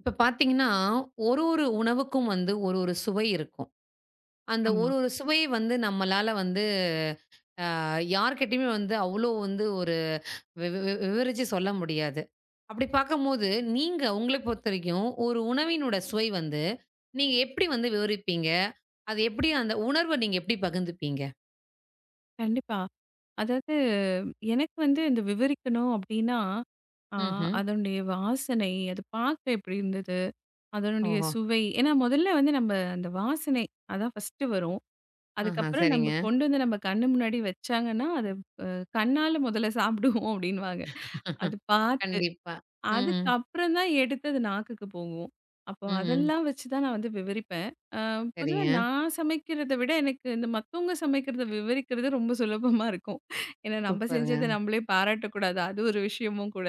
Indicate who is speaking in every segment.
Speaker 1: இப்ப பார்த்தீங்கன்னா, ஒரு ஒரு உணவுக்கும் ஒரு ஒரு சுவை இருக்கும். அந்த
Speaker 2: ஆமா.
Speaker 1: ஒரு ஒரு சுவை நம்மளால வந்து அ யார்கிட்டயுமே அவ்ளோ ஒரு விவ விவ விவரிச்சு சொல்ல முடியாது. அப்படி பார்க்கும்போது, நீங்க உங்கள பொறுத்தவரைக்கும் ஒரு உணவினோட சுவை நீங்க எப்படி விவரிப்பீங்க? அது எப்படி அந்த உணர்வ நீங்க எப்படி பகிர்ந்துப்பீங்க?
Speaker 2: கண்டிப்பா. அதாவது எனக்கு வந்து இந்த விவரிக்கணும் அப்டின்னா, ஆ
Speaker 1: ம்ஹ்ம்.
Speaker 2: அதனுடைய வாசனை, அது பார்க்க எப்டி இருந்தது, அதனுடைய
Speaker 1: ஓஹோ!
Speaker 2: சுவை. ஏன்னா முதல்ல வந்து நம்ம அந்த வாசனை அதான் ஃபர்ஸ்ட்டு வரும்.
Speaker 1: ஆஹா,
Speaker 2: அதுக்கப்புறம் நம்ம
Speaker 1: சரிங்க.
Speaker 2: கொண்டு வந்து நம்ம கண்ணு முன்னாடி வச்சாங்கன்னா, அத அ கண்ணால முதல்ல சாப்பிடுவோம் அப்டின்னுவாங்க. அது பாத்
Speaker 1: கண்டிப்பா. ம்.
Speaker 2: அதுக்கு
Speaker 1: ம்.
Speaker 2: அப்புறம் தான் எடுத்து அது நாக்குக்கு போகும். அப்போ
Speaker 1: ம்.
Speaker 2: அதெல்லாம் வச்சு தான் நான் வந்து விவரிப்பேன். அ பொதுவா
Speaker 1: சரிங்க.
Speaker 2: நான் சமைக்கிறத விட எனக்கு இந்த மத்தவங்க சமைக்கிறத விவரிக்கிறது ரொம்ப சுலபமா இருக்கும். ஏன்னா நம்ம
Speaker 1: சூப்பருங்க.
Speaker 2: செஞ்சத நம்மளே பாராட்டக்கூடாது. அது ஒரு விஷயமும் கூட.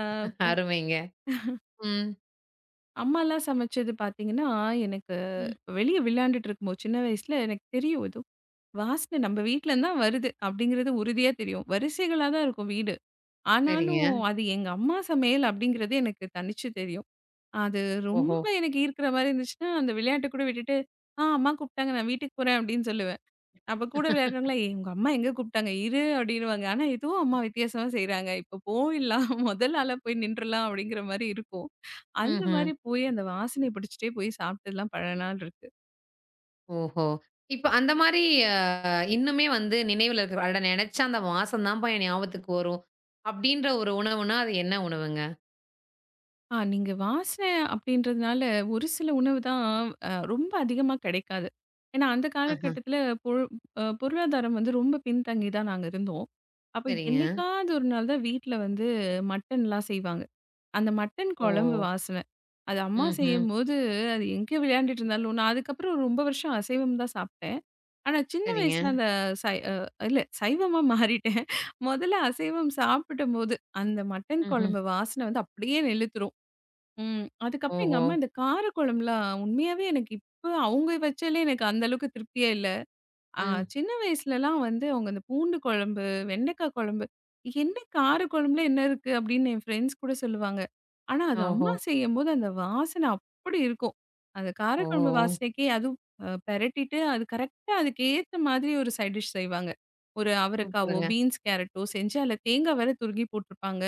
Speaker 2: அ இப்போ
Speaker 1: அருமைங்க. ம்.
Speaker 2: அம்மாலாம் சமைச்சது பார்த்தீங்கன்னா, எனக்கு
Speaker 1: ம்.
Speaker 2: வெளிய விளையாண்டுட்டு இருக்கும்போது சின்ன வயசுல எனக்கு தெரியும் ஏதோ வாசனை நம்ம வீட்லருந்து தான் வருது அப்படிங்கிறது உறுதியா தெரியும். வரிசைகளா தான் இருக்கும் வீடு.
Speaker 1: சரிங்க.
Speaker 2: ஆனாலும் அது எங்க அம்மா சமையல் அப்படிங்கிறது எனக்கு தனிச்சு தெரியும். அது
Speaker 1: ஓஹோ!
Speaker 2: ரொம்ப எனக்கு ஈர்க்கிற மாரி இருந்துச்சுன்னா, அந்த விளையாட்ட கூட விட்டுட்டு, அம்மா கூப்பிட்டாங்க. நான் வீட்டுக்கு போறேன்" அப்படின்னு சொல்லுவேன். அப்ப கூட விளையாடுறவங்களா, "ஏய் உங்க அம்மா எங்க கூப்பிட்டாங்க? இரு" அப்படின்னுவாங்க. ஆனா எதுவும் அம்மா வித்தியாசமா செய்றாங்க. "இப்ப போயிடலாம். முதல் ஆளா போய் நின்றுலாம்" அப்படிங்கிற மாரி இருக்கும். அந்த
Speaker 1: ம்ஹ்ம்.
Speaker 2: மாரி போய் அந்த வாசனைய பிடிச்சுட்டே போய் சாப்பிட்டதுலாம் பல நாள் இருக்கு.
Speaker 1: ஓஹோ! இப்ப அந்த மாரி அ இன்னுமே நினைவுல இருக்கு. அட நெனச்சா அந்த வாசம் தான்ப்பா என் ஞாபகத்துக்கு வரும். அப்டின்ற ஒரு உணவுனா, அது என்ன உணவுங்க?
Speaker 2: நீங்க வாசனை அப்படின்றதுனால ஒரு சில உணவு தான் ரொம்ப அதிகமா கிடைக்காது. ஏன்னா அந்த
Speaker 1: ஆஹ.
Speaker 2: காலகட்டத்தில பொரு பொருளாதாரம் வந்து ரொம்ப பின்தங்கி தான் நாங்க இருந்தோம். அப்ப
Speaker 1: சரிங்க.
Speaker 2: என்னைக்காவது ஒரு நாள் தான் வீட்ல வந்து மட்டன்லாம் செய்வாங்க. அந்த மட்டன்
Speaker 1: ஓ!
Speaker 2: குழம்பு வாசனை. அது அம்மா
Speaker 1: ம்ஹ்ம்.
Speaker 2: செய்யும்போது அது எங்கே விளையாண்டுட்டு இருந்தாலும் நான் அதுக்கப்புறம் ரொம்ப வருஷம் அசைவம் தான் சாப்பிட்டேன். ஆனா சின்ன வயசுல
Speaker 1: சரிங்க.
Speaker 2: அந்த சை அ இல்ல சைவமா மாறிட்டேன். முதல்ல அசைவம் சாப்பிடும்போது அந்த மட்டன்
Speaker 1: ம்ஹ்ம்.
Speaker 2: குழம்பு வாசனை வந்து அப்படியே நிலுத்துரும். ம். அதுக்கப்புறம் எங்க
Speaker 1: ஓஹோ!
Speaker 2: அம்மா இந்த காரக்குழம்புலாம் உண்மையாவே எனக்கு இப்ப அவங்க வச்சாலே எனக்கு அந்த அளவுக்கு திருப்தியே இல்ல. அ
Speaker 1: ம்.
Speaker 2: சின்ன வயசுலலாம் வந்து அவங்க அந்த பூண்டு குழம்பு, வெண்டைக்காய் குழம்பு, என்ன காரக்குழம்புல என்ன இருக்கு? அப்படின்னு என் ஃப்ரெண்ட்ஸ் கூட சொல்லுவாங்க. ஆனா அது
Speaker 1: ஓஹோ!
Speaker 2: அம்மா செய்யும்போது அந்த வாசனை அப்படி இருக்கும். அந்த காரக்குழம்பு
Speaker 1: ஓஹோ!
Speaker 2: வாசனைக்கே அதுவும் பெரட்டிட்டு அது கரெக்ட்டா அதுக்கு ஏத்த மாதிரி ஒரு சைட் டிஷ் செய்வாங்க. ஒரு அவரைக்காவோ,
Speaker 1: சூப்பருங்க.
Speaker 2: பீன்ஸ், கேரட்டோ செஞ்சு அதுல தேங்காய் வேற துருகி போட்டிருப்பாங்க.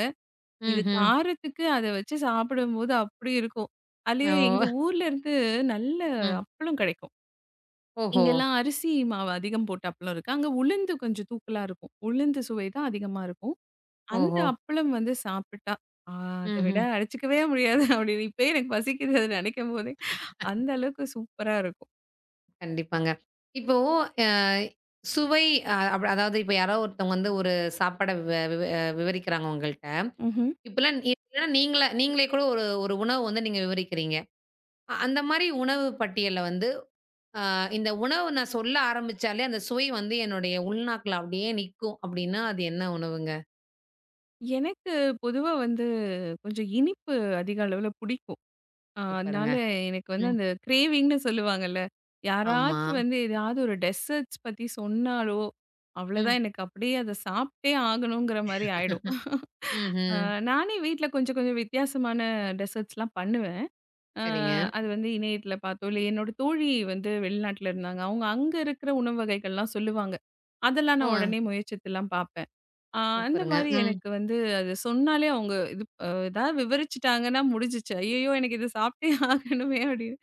Speaker 2: இது
Speaker 1: ம்ஹ்ம்.
Speaker 2: காரத்துக்கு அத வச்சு சாப்பிடும்போது அப்படி இருக்கும்.
Speaker 1: ஓ!
Speaker 2: அதுலயும் எங்க ஊர்ல இருந்து நல்ல
Speaker 1: ம்.
Speaker 2: அப்பளம் கிடைக்கும்.
Speaker 1: ஓஹோ!
Speaker 2: இங்கெல்லாம் அரிசி மாவு அதிகம் போட்ட அப்பளம் இருக்கு. அங்க உளுந்து கொஞ்சம் தூக்கலா இருக்கும். உளுந்து சுவை தான் அதிகமா இருக்கும். அந்த
Speaker 1: ஓஹோ!
Speaker 2: அப்பளம் வந்து சாப்பிட்டா, ஆ அத விட
Speaker 1: ம்ஹ்ம்.
Speaker 2: அடிச்சுக்கவே முடியாது அப்படின்னு இப்பயே எனக்கு பசிக்குது அத நினைக்கும்போதே. அந்த அளவுக்கு சூப்பரா இருக்கும்.
Speaker 1: கண்டிப்பாங்க. இப்போ அ சுவை, அ அதாவது இப்ப யாரோ ஒருத்தவங்க ஒரு சாப்பாட வ விவ விவரிக்கிறாங்க உங்கள்ட்ட.
Speaker 2: ம்ஹ்ம்.
Speaker 1: இப்பல்லாம் இல்லன்னா நீங்களா நீங்களே நீங்களே கூட ஒரு ஒரு உணவு நீங்க விவரிக்கிறீங்க. அந்த மாரி உணவு பட்டியல்ல, அ இந்த உணவு நான் சொல்ல ஆரம்பிச்சாலே, அந்த சுவை என்னுடைய உள்நாக்குல அப்படியே நிக்கும் அப்படின்னா, அது என்ன உணவுங்க?
Speaker 2: எனக்கு பொதுவா வந்து கொஞ்சம் இனிப்பு அதிக அளவுல பிடிக்கும்.
Speaker 1: சூப்பருங்க.
Speaker 2: அதனால எனக்கு வந்து
Speaker 1: ம்.
Speaker 2: அந்த கிரேவிங்ன்னு சொல்லுவாங்கல்ல.
Speaker 1: ஆமா.
Speaker 2: யாராச்சும் வந்து ஏதாவது ஒரு டெசர்ட்ஸ் பத்தி சொன்னாலோ,
Speaker 1: ம்.
Speaker 2: அவ்வளோதான் எனக்கு அப்படியே அத சாப்பிட்டே ஆகணுங்கிற மாரி ஆயிடும். அ
Speaker 1: ம்ஹ்ம்.
Speaker 2: நானே வீட்ல கொஞ்சம் கொஞ்சம் வித்தியாசமான டெசர்ட்ஸ்லாம் பண்ணுவேன். அ
Speaker 1: சரிங்க.
Speaker 2: அது வந்து இணையத்தில பார்த்தோ, இல்ல என்னோட தோழி வந்து வெளிநாட்ல இருந்தாங்க. அவங்க அங்க இருக்கிற உணவு வகைகள்லாம் சொல்லுவாங்க. அதெல்லாம்
Speaker 1: ஓ!
Speaker 2: நான் உடனே முயற்சித்துலாம் பார்ப்பேன். ஆ அந்த
Speaker 1: சூப்பருங்க.
Speaker 2: மாரி
Speaker 1: ம்.
Speaker 2: எனக்கு வந்து அது சொன்னாலே அவங்க இது ஏதாவது விவரிச்சுட்டாங்கன்னா முடிஞ்சுச்சு. ஐயய்யோ! எனக்கு இது சாப்பிட்டே ஆகணுமே அப்படின்னு.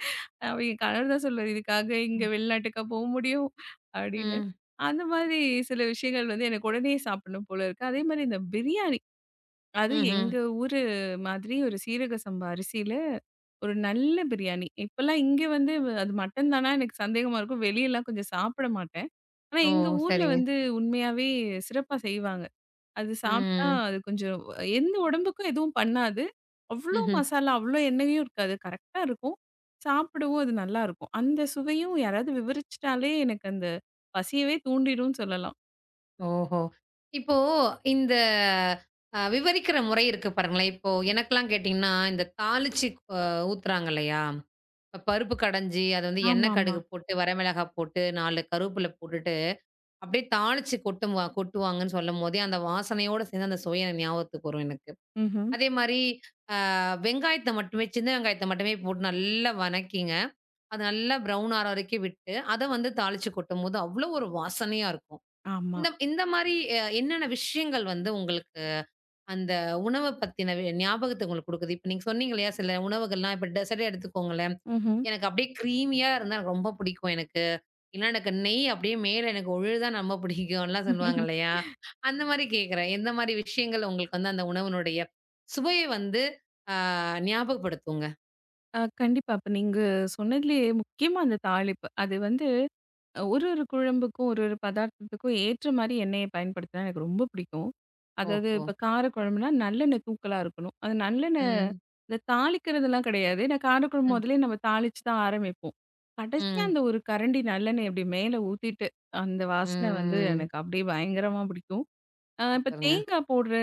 Speaker 2: என் கணவர் தான் சொல்லுவாரு, "இதுக்காக இங்க
Speaker 1: ம்.
Speaker 2: வெளிநாட்டுக்கா போ முடியும்?" அப்படின்னு.
Speaker 1: ம்.
Speaker 2: அந்த மாதிரி சில விஷயங்கள் வந்து எனக்கு உடனே சாப்பிடணும் போல இருக்கு. அதே மாரி இந்த பிரியாணி, அது
Speaker 1: ம்ஹ்ம்.
Speaker 2: எங்க ஊரு மாதிரி ஒரு சீரக சம்பா அரிசியில ஒரு நல்ல பிரியாணி. இப்பலாம் இங்க வந்து அது மட்டன் தானா எனக்கு சந்தேகமா இருக்கும். வெளியலாம் கொஞ்சம் சாப்பிட மாட்டேன். ஆனா
Speaker 1: ஓ!
Speaker 2: எங்க ஊர்ல
Speaker 1: சரிங்க.
Speaker 2: வந்து உண்மையாவே சிறப்பா செய்வாங்க. அது சாப்பிட்டா
Speaker 1: ம்.
Speaker 2: அது கொஞ்சம் எந்த உடம்புக்கும் எதுவும் பண்ணாது. அவ்ளோ
Speaker 1: ம்ஹ்ம்.
Speaker 2: மசாலா, அவ்ளோ எண்ணெயும் இருக்காது. கரெக்ட்டா இருக்கும். சாப்பிடவும் அது நல்லாருக்கும். அந்த சுவையும் யாராவது விவரிச்சுட்டாலே எனக்கு அந்த பசியவே தூண்டிடும்னு சொல்லலாம்.
Speaker 1: ஓஹோ! இப்போ இந்த விவரிக்கிற முறை இருக்கு பாருங்களேன். இப்போ எனக்கெல்லாம் கேட்டீங்கன்னா, இந்த தாளிச்சு அ ஊத்துறாங்க இல்லையா? இப்ப பருப்பு கடைஞ்சு அது எண்ணெய்,
Speaker 2: ஆமாமா.
Speaker 1: கடுகு போட்டு, வரமிளகாய் போட்டு, 4 கருவேப்பில போட்டுட்டு, அப்படியே தாளிச்சு கொட்டுவாங்கன்னு சொல்லும்போதே, அந்த வாசனையோட சேர்ந்து அந்த சுவை எனக்கு ஞாபகத்துக்கு வரும் எனக்கு.
Speaker 2: ம்ஹ்ம்.
Speaker 1: அதே மாரி வெங்காயத்த மட்டுமே சின்ன வெங்காயத்த மட்டுமே போட்டு நல்லா வணக்கிங்க. அது நல்லா ப்ரவுன் ஆற வரைக்கும் விட்டு, அத தாளிச்சு கொட்டும்போது அவ்வளோ ஒரு வாசனையா இருக்கும்.
Speaker 2: ஆமா.
Speaker 1: இந்த இந்த மாரி என்னென்ன விஷயங்கள் உங்களுக்கு அந்த உணவ பத்தின வே ஞாபகத்த உங்களுக்கு குடுக்குது? இப்ப நீங்க சொன்னீங்க இல்லையா, சில உணவுகள்லாம் இப்ப டெசர்ட்டே எடுத்துக்கோங்களேன்.
Speaker 2: ம்ஹ்ம்.
Speaker 1: எனக்கு அப்படியே க்ரீமியா இருந்தா எனக்கு ரொம்ப பிடிக்கும் எனக்கு. இல்லன்னா எனக்கு நெய் அப்படியே மேல எனக்கு ஒழுகுதா ரொம்ப
Speaker 2: அ
Speaker 1: பிடிக்கும்லாம் சொல்லுவாங்க இல்லையா? அந்த மாரி கேட்கிறேன். எந்த மாரி விஷயங்கள் உங்களுக்கு அந்த உணவினுடைய சுவைய வந்து ஆ ஞாபகப்படுத்துங்க?
Speaker 2: கண்டிப்பா. அப்ப நீங்க சொன்னதுலயே முக்கியமா அந்த தாளிப்பு. அது வந்து ஒரு ஒரு குழம்புக்கும், ஒரு ஒரு பதார்த்தத்துக்கும் ஏற்ற மாரி எண்ணெய பயன்படுத்தினா எனக்கு ரொம்ப பிடிக்கும். அதாவது
Speaker 1: ஓஹோ!
Speaker 2: இப்ப காரக்குழம்புனா நல்லெண்ணெய் தூக்கலா இருக்கணும். அது நல்லெண்ணெய்
Speaker 1: ம்.
Speaker 2: இந்த தாளிக்கிறதெல்லாம் கிடையாது. ஏன்னா காரக்குழம்பு
Speaker 1: ம்.
Speaker 2: முதலே நம்ம தாளிச்சு தான் ஆரம்பிப்போம். கடைசியா
Speaker 1: ம்.
Speaker 2: அந்த ஒரு கரண்டி நல்லெண்ணெய் அப்படி மேல ஊத்திட்டு, அந்த வாசனை வந்து
Speaker 1: ம்.
Speaker 2: எனக்கு அப்படியே பயங்கரமா பிடிக்கும். இப்ப
Speaker 1: சூப்பருங்க.
Speaker 2: தேங்காய் போடுற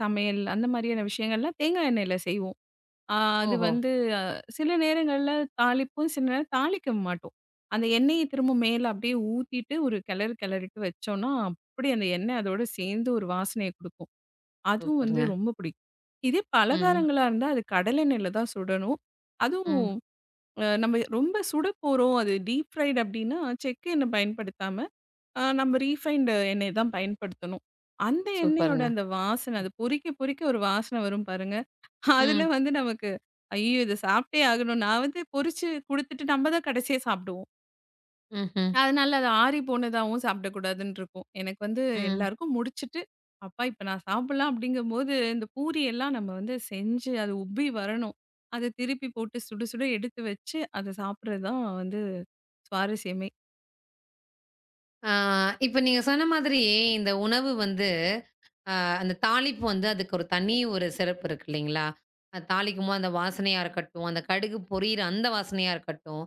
Speaker 2: சமையல் அந்த மாதிரியான விஷயங்கள்லாம் தேங்காய் எண்ணெயில செய்வோம். ஆ அது
Speaker 1: ஓஹோ!
Speaker 2: வந்து அ சில நேரங்கள்ல தாளிப்போம், சில நேரம் தாளிக்க மாட்டோம். அந்த எண்ணெய திரும்ப மேல அப்படியே ஊத்திட்டு ஒரு கிளறிட்டு வச்சோம்னா, அப்படி அந்த எண்ணெய் அதோட சேர்ந்து ஒரு வாசனைய குடுக்கும். அதுவும் வந்து
Speaker 1: சூப்பருங்க.
Speaker 2: ரொம்ப பிடிக்கும். இதே
Speaker 1: ம்.
Speaker 2: பலகாரங்களா இருந்தா, அது கடலெண்ணெயில தான் சுடணும். அதுவும்
Speaker 1: ம்.
Speaker 2: நம்ம ரொம்ப சுட போறோம், அது டீப் ஃப்ரைடு அப்படின்னா, செக்கு எண்ணெய் பயன்படுத்தாம, நம்ம ரீஃபைண்டு எண்ணெய் தான் பயன்படுத்தணும். அந்த எண்ணெயோட
Speaker 1: சூப்பருங்க.
Speaker 2: அந்த வாசனை, அது பொரிக்க பொரிக்க ஒரு வாசனை வரும் பாருங்க. அதுல
Speaker 1: ம்.
Speaker 2: வந்து நமக்கு, ஐயோ! இத சாப்பிட்டே ஆகணும். நான் வந்து பொரிச்சு குடுத்துட்டு நம்ம தான் கடைசியா சாப்பிடுவோம்.
Speaker 1: ம்ஹ்ம்.
Speaker 2: அதனால அது ஆறி போனதாவும் சாப்பிடக்கூடாதுன்னு இருக்கும். எனக்கு வந்து
Speaker 1: ம்.
Speaker 2: எல்லாருக்கும் முடிச்சுட்டு, அப்பா இப்ப நான் சாப்பிடலாம் அப்படிங்கும்போது, இந்த பூரி எல்லாம் நம்ம வந்து செஞ்சு அது உப்பி வரணும். அத திருப்பி போட்டு சுட சுட எடுத்து வச்சு, அத சாப்பிடுறது தான் வந்து சுவாரஸ்யமே.
Speaker 1: ஆ இப்ப நீங்க சொன்ன மாதிரி இந்த உணவு அந்த தாளிப்பு அதுக்கு ஒரு தனி ஒரு சிறப்பு இருக்கு இல்லைங்களா? அது தாளிக்கும் போது அந்த வாசனையா இருக்கட்டும், அந்த கடுகு பொரியிற அந்த வாசனையா இருக்கட்டும்,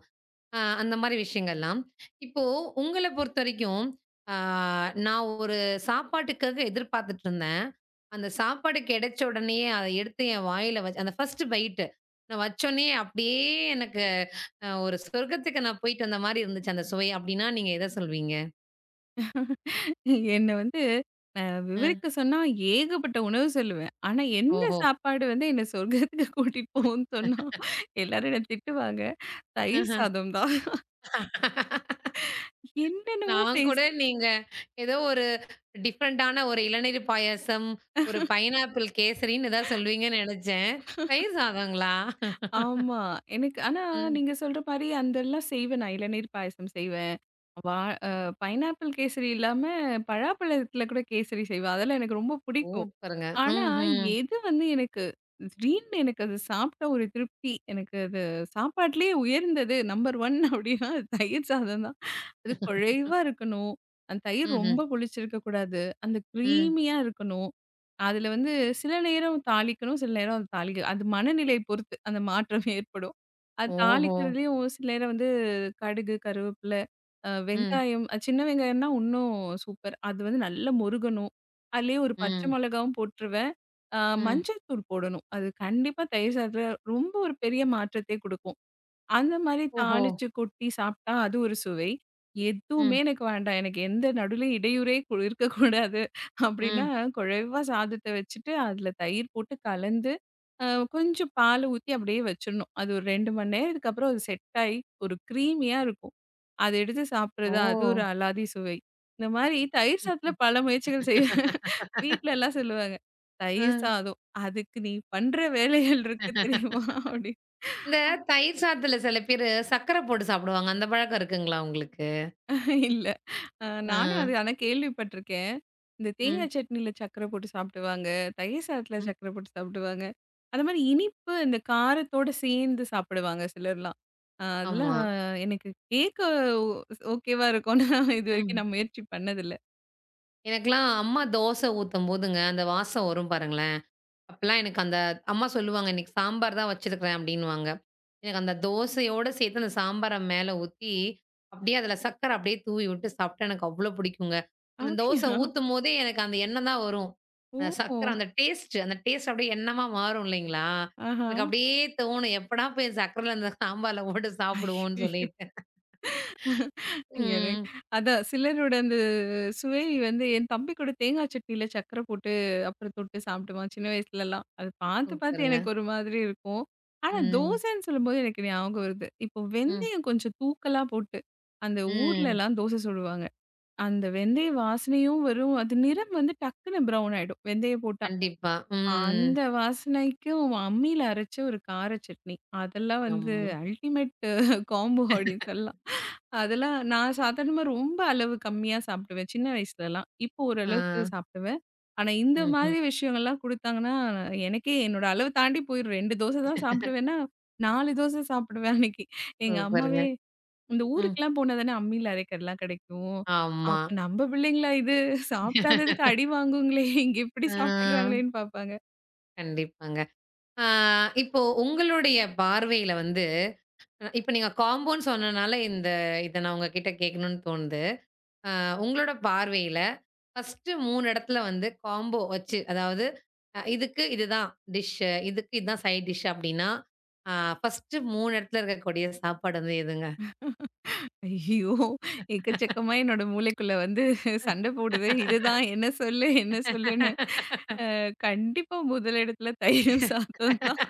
Speaker 1: அந்த மாரி விஷயங்கள்லாம். இப்போ உங்கள பொறுத்தவரைக்கும், ஆ நான் ஒரு சாப்பாட்டுக்காக எதிர்பார்த்துட்டு இருந்தேன். அந்த சாப்பாடு கிடைச்ச உடனேயே அத எடுத்து என் வாயில வச்சு அந்த ஃபர்ஸ்ட் பைட் நான் வச்சோனே அப்படியே எனக்கு ஒரு சொர்க்கத்துக்கு நான் போயிட்டு வந்த மாரி இருந்துச்சு அந்த சுவை. அப்படின்னா நீங்க எத சொல்வீங்க?
Speaker 2: என்ன வந்து அ விவரிக்க சொன்னா ஏகப்பட்ட உணவு சொல்லுவேன். ஆனா, எந்த
Speaker 1: ஓஹோ!
Speaker 2: சாப்பாடு வந்து என்ன சொர்க்கத்துக்கு கூட்டிட்டு போகும்ன்னு சொன்னா, எல்லாரும் என்ன திட்டுவாங்க. தயிர்
Speaker 1: ஆஹா.
Speaker 2: சாதம் தான். என்னென்னவோ
Speaker 1: நான்
Speaker 2: பேசு
Speaker 1: கூட நீங்க ஏதோ ஒரு டிஃபரண்டான ஒரு இளநீர் பாயாசம், ஒரு பைனாப்பிள் கேசரின்னு ஏதாவது சொல்லுவீங்கன்னு நெனச்சேன். தயிர் சாதங்களா?
Speaker 2: ஆமா. எனக்கு ஆனா
Speaker 1: ம்.
Speaker 2: நீங்க சொல்ற மாரி அதெல்லாம் செய்வேன் நான். இளநீர் பாயாசம் செய்வேன். வா அ பைனாப்பிள் கேசரி இல்லாம, பழாப்பழத்தில கூட கேசரி செய்வா. அதெல்லாம் எனக்கு ரொம்ப பிடிக்கும்.
Speaker 1: சூப்பருங்க.
Speaker 2: ஆனா,
Speaker 1: ம்ஹ்ம்.
Speaker 2: எது வந்து எனக்கு திடீர்னு எனக்கு அது சாப்பிட்ட ஒரு திருப்தி. எனக்கு அது சாப்பாட்டிலேயே உயர்ந்தது நம்பர் 1 அப்படின்னா, அது தயிர் சாதம் தான். அது குழைவா இருக்கணும். அந்த தயிர் ரொம்ப
Speaker 1: ம்ஹ்ம்.
Speaker 2: புளிச்சிருக்க கூடாது. அந்த
Speaker 1: ம்.
Speaker 2: க்ரீமியா இருக்கணும். அதில வந்து சில நேரம் தாளிக்கணும், சில நேரம் அது தாளிக்க அது மனநிலை பொறுத்து அந்த மாற்றம் ஏற்படும். அது
Speaker 1: ஓஹோ!
Speaker 2: தாளிக்கிறதுலயும் சில நேரம் வந்து கடுகு, கருவேப்பில
Speaker 1: ம்.
Speaker 2: வெங்காயம் சின்ன வெங்காயம்னா உன்னும் சூப்பர். அது வந்து நல்லா முருகணும். அதுலயே ஒரு பச்சை
Speaker 1: ம்.
Speaker 2: மிளகாவும் போட்டுருவேன். அ
Speaker 1: ம்.
Speaker 2: மஞ்சள் தூள் போடணும். அது கண்டிப்பா தயிர் சாதத்துல ரொம்ப ஒரு பெரிய மாற்றத்தை குடுக்கும். அந்த மாரி
Speaker 1: ஓஹோ!
Speaker 2: தாளிச்சு கொட்டி சாப்பிட்டா அது ஒரு சுவை. எதுவுமே
Speaker 1: ம்.
Speaker 2: எனக்கு வேண்டாம். எனக்கு எந்த நடுவுலயும் இடையூறே இருக்கக்கூடாது. அப்டின்னா
Speaker 1: ம்.
Speaker 2: குழைவா சாதத்த வச்சுட்டு, அதுல தயிர் போட்டு கலந்து, அ கொஞ்சம் பால் ஊத்தி அப்டியே வச்சிடணும். அது ஒரு 2 மணி நேரத்துக்கு அப்புறம் அது செட் ஆயி ஒரு கிரீமியா இருக்கும். அத எடுத்து
Speaker 1: ஓ!
Speaker 2: சாப்பிடுறது அது ஒரு அலாதி சுவை. இந்த மாரி தயிர் சாதத்துல பல முயற்சிகள் செய்வேன். வீட்லலாம் சொல்லுவாங்க. "தயிர்
Speaker 1: ம்.
Speaker 2: சாதம் அதுக்கு நீ பண்ற வேலைகள் இருக்கு தெரியுமா?" அப்டின்னு.
Speaker 1: இந்த தயிர் சாதத்துல சில பேரு சர்க்கரை போட்டு சாப்பிடுவாங்க. அந்த பழக்கம் இருக்குங்களா உங்களுக்கு?
Speaker 2: இல்ல.
Speaker 1: ஆ.
Speaker 2: நானும் அது ஆனா கேள்விப்பட்டுருக்கேன். இந்த
Speaker 1: ம்.
Speaker 2: தேங்காய் சட்னில சர்க்கரை போட்டு சாப்பிடுவாங்க. தயிர் சாதத்துல
Speaker 1: ம்.
Speaker 2: சர்க்கரை போட்டு சாப்பிடுவாங்க. அது மாரி இனிப்பு இந்த காரத்தோட சேர்ந்து சாப்பிடுவாங்க சிலர்லாம்.
Speaker 1: ஆமா.
Speaker 2: அதெல்லாம் எனக்கு கேட்க ஓ ஓகேவா இருக்கும்னா இதுவரைக்கும்
Speaker 1: ம்.
Speaker 2: நான் முயற்சி பண்ணதில்ல.
Speaker 1: எனக்கெல்லாம் அம்மா தோசை ஊத்தும்போதுங்க, அந்த வாசம் வரும் பாருங்களேன். அப்பலாம் எனக்கு அந்த அம்மா சொல்லுவாங்க, "இன்னைக்கு சாம்பார் தான் வச்சிருக்கிறேன்" அப்டின்னுவாங்க. எனக்கு அந்த தோசையோட சேர்த்து அந்த சாம்பார மேல ஊத்தி, அப்டியே அதில சர்க்கர அப்டியே தூவி விட்டு சாப்ட்டா எனக்கு அவ்ளோ பிடிக்குங்க. அந்த தோசை
Speaker 2: அப்படியா?
Speaker 1: ஊத்தும்போதே எனக்கு அந்த எண்ணம் தான் வரும். அந்த
Speaker 2: ஓ!
Speaker 1: சர்க்கரை அந்த டேஸ்ட் அப்டியே எண்ணமா மாறும் இல்லைங்களா? எனக்கு அப்டியே தோணும், எப்படா போய் சர்க்கரையில அந்த சாம்பார்ல போட்டு சாப்பிடுவோம்னு
Speaker 2: ஆஹா.
Speaker 1: சொல்லிட்டு.
Speaker 2: என
Speaker 1: ம்.
Speaker 2: அதான் சிலரோட அந்த சுவை வந்து என் தம்பி கூட தேங்காய் சட்னியில சர்க்கரை போட்டு அப்புறம் தொட்டு சாப்பிடுவான் சின்ன வயசுலலாம். அது பார்த்து பார்த்து
Speaker 1: சூப்பருங்க.
Speaker 2: எனக்கு ஒரு மாதிரி இருக்கும். ஆனா
Speaker 1: ம்.
Speaker 2: தோசைன்னு சொல்லும்போது எனக்கு ஞாபகம் வருது. இப்போ
Speaker 1: ம்.
Speaker 2: வெந்தயம் கொஞ்சம் தூக்கலா போட்டு, அந்த
Speaker 1: ம்.
Speaker 2: ஊர்லலாம் தோசை சுடுவாங்க. அந்த வெந்தய வாசனையும் வரும். அது நிறம் வந்து டக்குனு ப்ரவுன் ஆயிடும். வெந்தயம் போட்டு
Speaker 1: கண்டிப்பா. ம்.
Speaker 2: அந்த வாசனைக்கும் அம்மியில அரைச்ச ஒரு கார சட்னி. அதெல்லாம் வந்து
Speaker 1: ஆமா.
Speaker 2: அல்டிமேட் காம்போ அப்படின்னு சொல்லலாம். அதெல்லாம் நான் சாதாரணமா ரொம்ப அளவு கம்மியா சாப்பிடுவேன். சின்ன வயசுலலாம். இப்போ
Speaker 1: ஆ.
Speaker 2: ஓரளவுக்கு சாப்பிடுவேன். ஆனா இந்த
Speaker 1: ம்ஹ்ம்.
Speaker 2: மாதிரி விஷயங்கள்லாம் குடுத்தாங்கன்னா, எனக்கே என்னோட அளவு தாண்டி போயிரும். 2 தோசை தான் சாப்பிடுவேன்னா, 4 தோசை சாப்பிடுவேன் அன்னைக்கு. எங்க அம்மாவே
Speaker 1: சூப்பருங்க.
Speaker 2: இந்த
Speaker 1: ம்.
Speaker 2: ஊருக்குலாம் போனா தானே அம்மியில அரைக்கிறதுலாம் கிடைக்கும்.
Speaker 1: ஆமா.
Speaker 2: அப்ப நம்ம பிள்ளைங்களா இது சாப்பிடாததுக்கு அடி வாங்குங்களே! இங்க இப்படி
Speaker 1: ஆ.
Speaker 2: சாப்பிடுறாங்களேன்னு பார்ப்பாங்க.
Speaker 1: கண்டிப்பாங்க. ஆ இப்போ உங்களுடைய பார்வையில இப்ப நீங்க காம்போன்னு சொன்னனால இந்த இத நான் உங்ககிட்ட கேட்கணும்னு தோணுது. ஆ உங்களோட பார்வையில ஃபர்ஸ்ட்டு 3 இடத்துல காம்போ வச்சு, அதாவது இதுக்கு இதுதான் டிஷ்ஷு, இதுக்கு இதுதான் சைட் டிஷ் அப்டின்னா, ஆ ஃபர்ஸ்ட்டு 3 இடத்துல இருக்கக்கூடிய சாப்பாடு எதுங்க?
Speaker 2: ஐயோ! எக்கச்சக்கமா என்னோட மூளைக்குள்ள வந்து சண்டை போடுது. இதுதான் என்ன சொல்லு? என்ன சொல்லுன்னு. அ கண்டிப்பா முதலிடத்துல தயிரும் சாதம் தான்.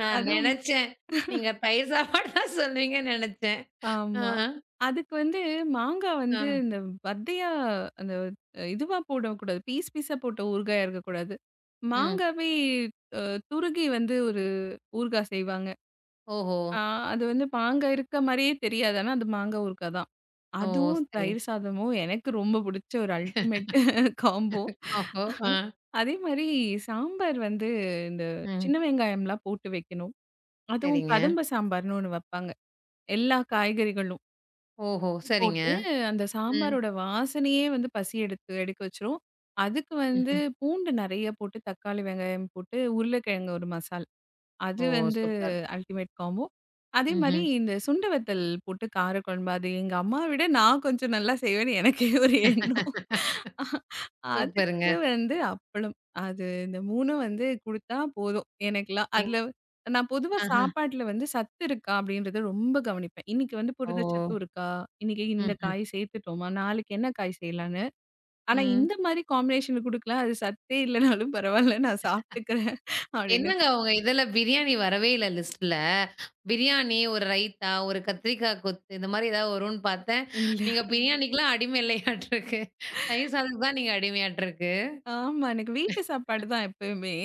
Speaker 1: நான்
Speaker 2: அதுவும்
Speaker 1: நெனச்சேன். நீங்க பயிர் சாப்பாடு தான் சொல்லுவீங்கன்னு நெனச்சேன். ஆ,
Speaker 2: ஆமா. அதுக்கு வந்து மாங்கா
Speaker 1: ஆ,
Speaker 2: வந்து இந்த வத்தையா அந்த இதுவா போடக்கூடாது. பீஸ் பீஸா போட்ட ஊறுகாயா இருக்கக்கூடாது.
Speaker 1: ம்.
Speaker 2: மாங்காவே அ துருகி வந்து ஒரு ஊறுகாய் செய்வாங்க.
Speaker 1: ஓஹோ!
Speaker 2: அ அது வந்து மாங்கா இருக்க மாரியே தெரியாது. ஆனா அது மாங்கா ஊறுகாய் தான்.
Speaker 1: ஓ!
Speaker 2: அதுவும்
Speaker 1: சரிங்க.
Speaker 2: தயிர் சாதமும் எனக்கு ரொம்ப பிடிச்ச ஒரு அல்டிமேட் காம்போ.
Speaker 1: ஓஹோ! ஆ,
Speaker 2: அதே மாரி சாம்பார் வந்து இந்த சின்ன
Speaker 1: ம்.
Speaker 2: வெங்காயம்லாம் போட்டு வைக்கணும். அதுவும்
Speaker 1: சரிங்க.
Speaker 2: கதம்ப சாம்பார்ன்னு ஒண்ணு வப்பாங்க. எல்லா காய்கறிகளும்
Speaker 1: ஓஹோ! சரிங்க.
Speaker 2: போட்டு, அந்த
Speaker 1: ம்,
Speaker 2: சாம்பாரோட வாசனையே வந்து பசி எடுத்து எடுக்க வச்சுரும். அதுக்கு வந்து
Speaker 1: ம்ஹ்ம்.
Speaker 2: பூண்டு நெறைய போட்டு, தக்காளி, வெங்காயம் போட்டு, உருளைக்கிழங்கு ஒரு மசால்.
Speaker 1: ஓ!
Speaker 2: அது வந்து
Speaker 1: சூப்பர்.
Speaker 2: Ultimate combo. அதே மாரி
Speaker 1: ம்ஹ்ம்.
Speaker 2: இந்த சுண்ட வத்தல் போட்டு காரக்குழம்பு. அது எங்க அம்மாவ விட நான் கொஞ்சம் நல்லா செய்வேன்னு எனக்கே ஒரு எண்ணம்.
Speaker 1: சூப்பருங்க.
Speaker 2: அதுக்கு வந்து அப்பளம். அது இந்த 3ம் வந்து குடுத்தா போதும் எனக்கெல்லாம்.
Speaker 1: எங்
Speaker 2: அதுல நான் பொதுவா
Speaker 1: ஆஹா.
Speaker 2: சாப்பாட்டுல வந்து சத்து இருக்கா அப்படின்றத ரொம்ப கவனிப்பேன். இன்னைக்கு வந்து
Speaker 1: ஓ!
Speaker 2: புரதச்சத்து இருக்கா? இன்னைக்கு இந்த
Speaker 1: ம்ஹ்ம்.
Speaker 2: காய் சேர்த்துட்டோமா? நாளைக்கு என்ன காய் செய்யலான்னு. ஆனா
Speaker 1: ம்.
Speaker 2: இந்த மாதிரி காம்பினேஷன் குடுக்கலாம். அது சத்தே இல்லனாலும் பரவால்ல நான் சாப்பிட்டுக்கிறேன் அப்படின்னு.
Speaker 1: என்னங்க உங்க இதுல பிரியாணி வரவே இல்ல லிஸ்ட்ல. பிரியாணி, ஒரு ரைத்தா, ஒரு கத்திரிக்காய் கொத்து இந்த மாரி ஏதாவது வரும்ன்னு பார்த்தேன்.
Speaker 2: இல்ல.
Speaker 1: நீங்க பிரியாணிக்குலாம் அடிமை இல்லையாட்ருக்கு. தயிர் சாதத்துக்கு தான் நீங்க அடிமையாட்ருக்கு.
Speaker 2: ஆமா. எனக்கு வீட்டு சாப்பாடு தான் எப்பயுமே.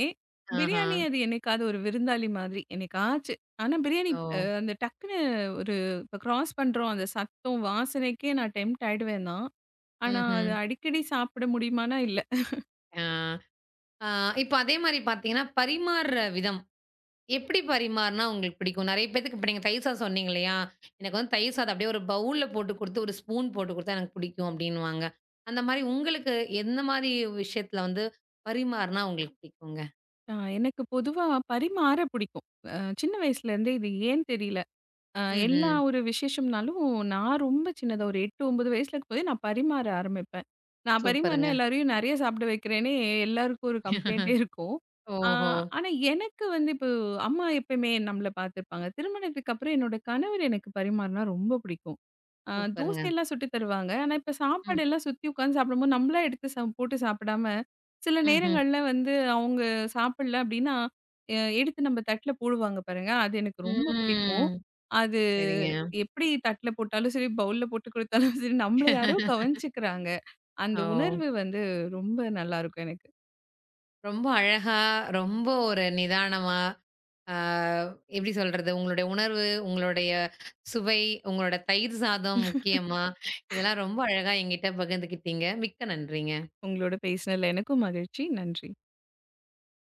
Speaker 1: ஆஹா.
Speaker 2: பிரியாணி அது என்னைக்காவது ஒரு விருந்தாளி மாதிரி, என்னைக்காச்சு. ஆனா பிரியாணி
Speaker 1: ஓ!
Speaker 2: அந்த டக்குன்னு ஒரு இப்ப கிராஸ் பண்றோம் அந்த சத்தம், வாசனைக்கே நான் டெம்ப்ட் ஆயிடுவேன் தான். ஆனா அது
Speaker 1: ம்ஹ்ம்.
Speaker 2: அடிக்கடி சாப்பிட முடியுமானா இல்ல.
Speaker 1: ஆ. ஆ இப்ப அதே மாரி பார்த்தீங்கன்னா, பரிமாறுற விதம். எப்படி பரிமாறுனா உங்களுக்கு பிடிக்கும்? நெறைய பேத்துக்கு இப்ப நீங்க தயிர் சாதம் சொன்னீங்க இல்லையா? எனக்கு தயிர் சாதம் அப்படியே ஒரு பவுல்ல போட்டு குடுத்து, ஒரு ஸ்பூன் போட்டு குடுத்தா எனக்கு பிடிக்கும் அப்படின்னுவாங்க. அந்த மாரி உங்களுக்கு எந்த மாரி விஷயத்துல பரிமாறுனா உங்களுக்கு பிடிக்குங்க?
Speaker 2: எனக்கு பொதுவா பரிமாற பிடிக்கும். அ சின்ன வயசுலேருந்தே இது ஏன் தெரியல. அ எல்லா
Speaker 1: ம்ஹ்ம்.
Speaker 2: ஒரு விசேஷம்னாலும், நான் ரொம்ப சின்னதா ஒரு 8, 9 வயசுல இருக்கும்போதே நான் பரிமாற ஆரம்பிப்பேன். நான் பரிமாறினா
Speaker 1: சூப்பருங்க.
Speaker 2: எல்லாரையும் நெறைய சாப்பிட வைக்கிறேன்னே எல்லாருக்கும் ஒரு கம்ப்ளைண்ட்டே இருக்கும். ஆ
Speaker 1: ஓஹோ!
Speaker 2: ஆனா எனக்கு வந்து இப்போ அம்மா எப்பயுமே நம்மள பார்த்துப்பாங்க. திருமணத்துக்கு அப்புறம் என்னோட கணவர் எனக்கு பரிமாறினா ரொம்ப பிடிக்கும். ஆ
Speaker 1: சூப்பருங்க.
Speaker 2: தோசையெல்லாம் சுட்டு தருவாங்க. ஆனா, இப்ப சாப்பாடு
Speaker 1: ம்.
Speaker 2: எல்லாம் சுத்தி உட்காந்து சாப்பிடும்போது, நம்மளா எடுத்து போட்டு சாப்பிடாம, சில
Speaker 1: ம்ஹ்ம்.
Speaker 2: நேரங்கள்ல வந்து அவங்க சாப்பிடல அப்டின்னா, எடுத்து நம்ம தட்ல போடுவாங்க பாருங்க. அது எனக்கு ரொம்ப பிடிக்கும்.
Speaker 1: ம்.
Speaker 2: அது
Speaker 1: சரிங்க.
Speaker 2: எப்டி தட்ல போட்டாலும் சரி, பவுல்ல போட்டு குடுத்தாலும் சரி, நம்மள யாரோ கவனிச்சுக்கிறாங்க. அந்த
Speaker 1: ஓ!
Speaker 2: உணர்வு வந்து ரொம்ப நல்லாருக்கும் எனக்கு.
Speaker 1: ரொம்ப அழகா, ரொம்ப ஒரு நிதானமா, ஆ எப்படி சொல்றது? உங்களுடைய உணர்வு, உங்களுடைய சுவை, உங்களோட தயிர் சாதம் முக்கியமா, இதெல்லாம் ரொம்ப அழகா என்கிட்ட பகிர்ந்துக்கிட்டீங்க. மிக்க நன்றிங்க.
Speaker 2: உங்களோட பேசினதுல எனக்கும் மகிழ்ச்சி. நன்றி.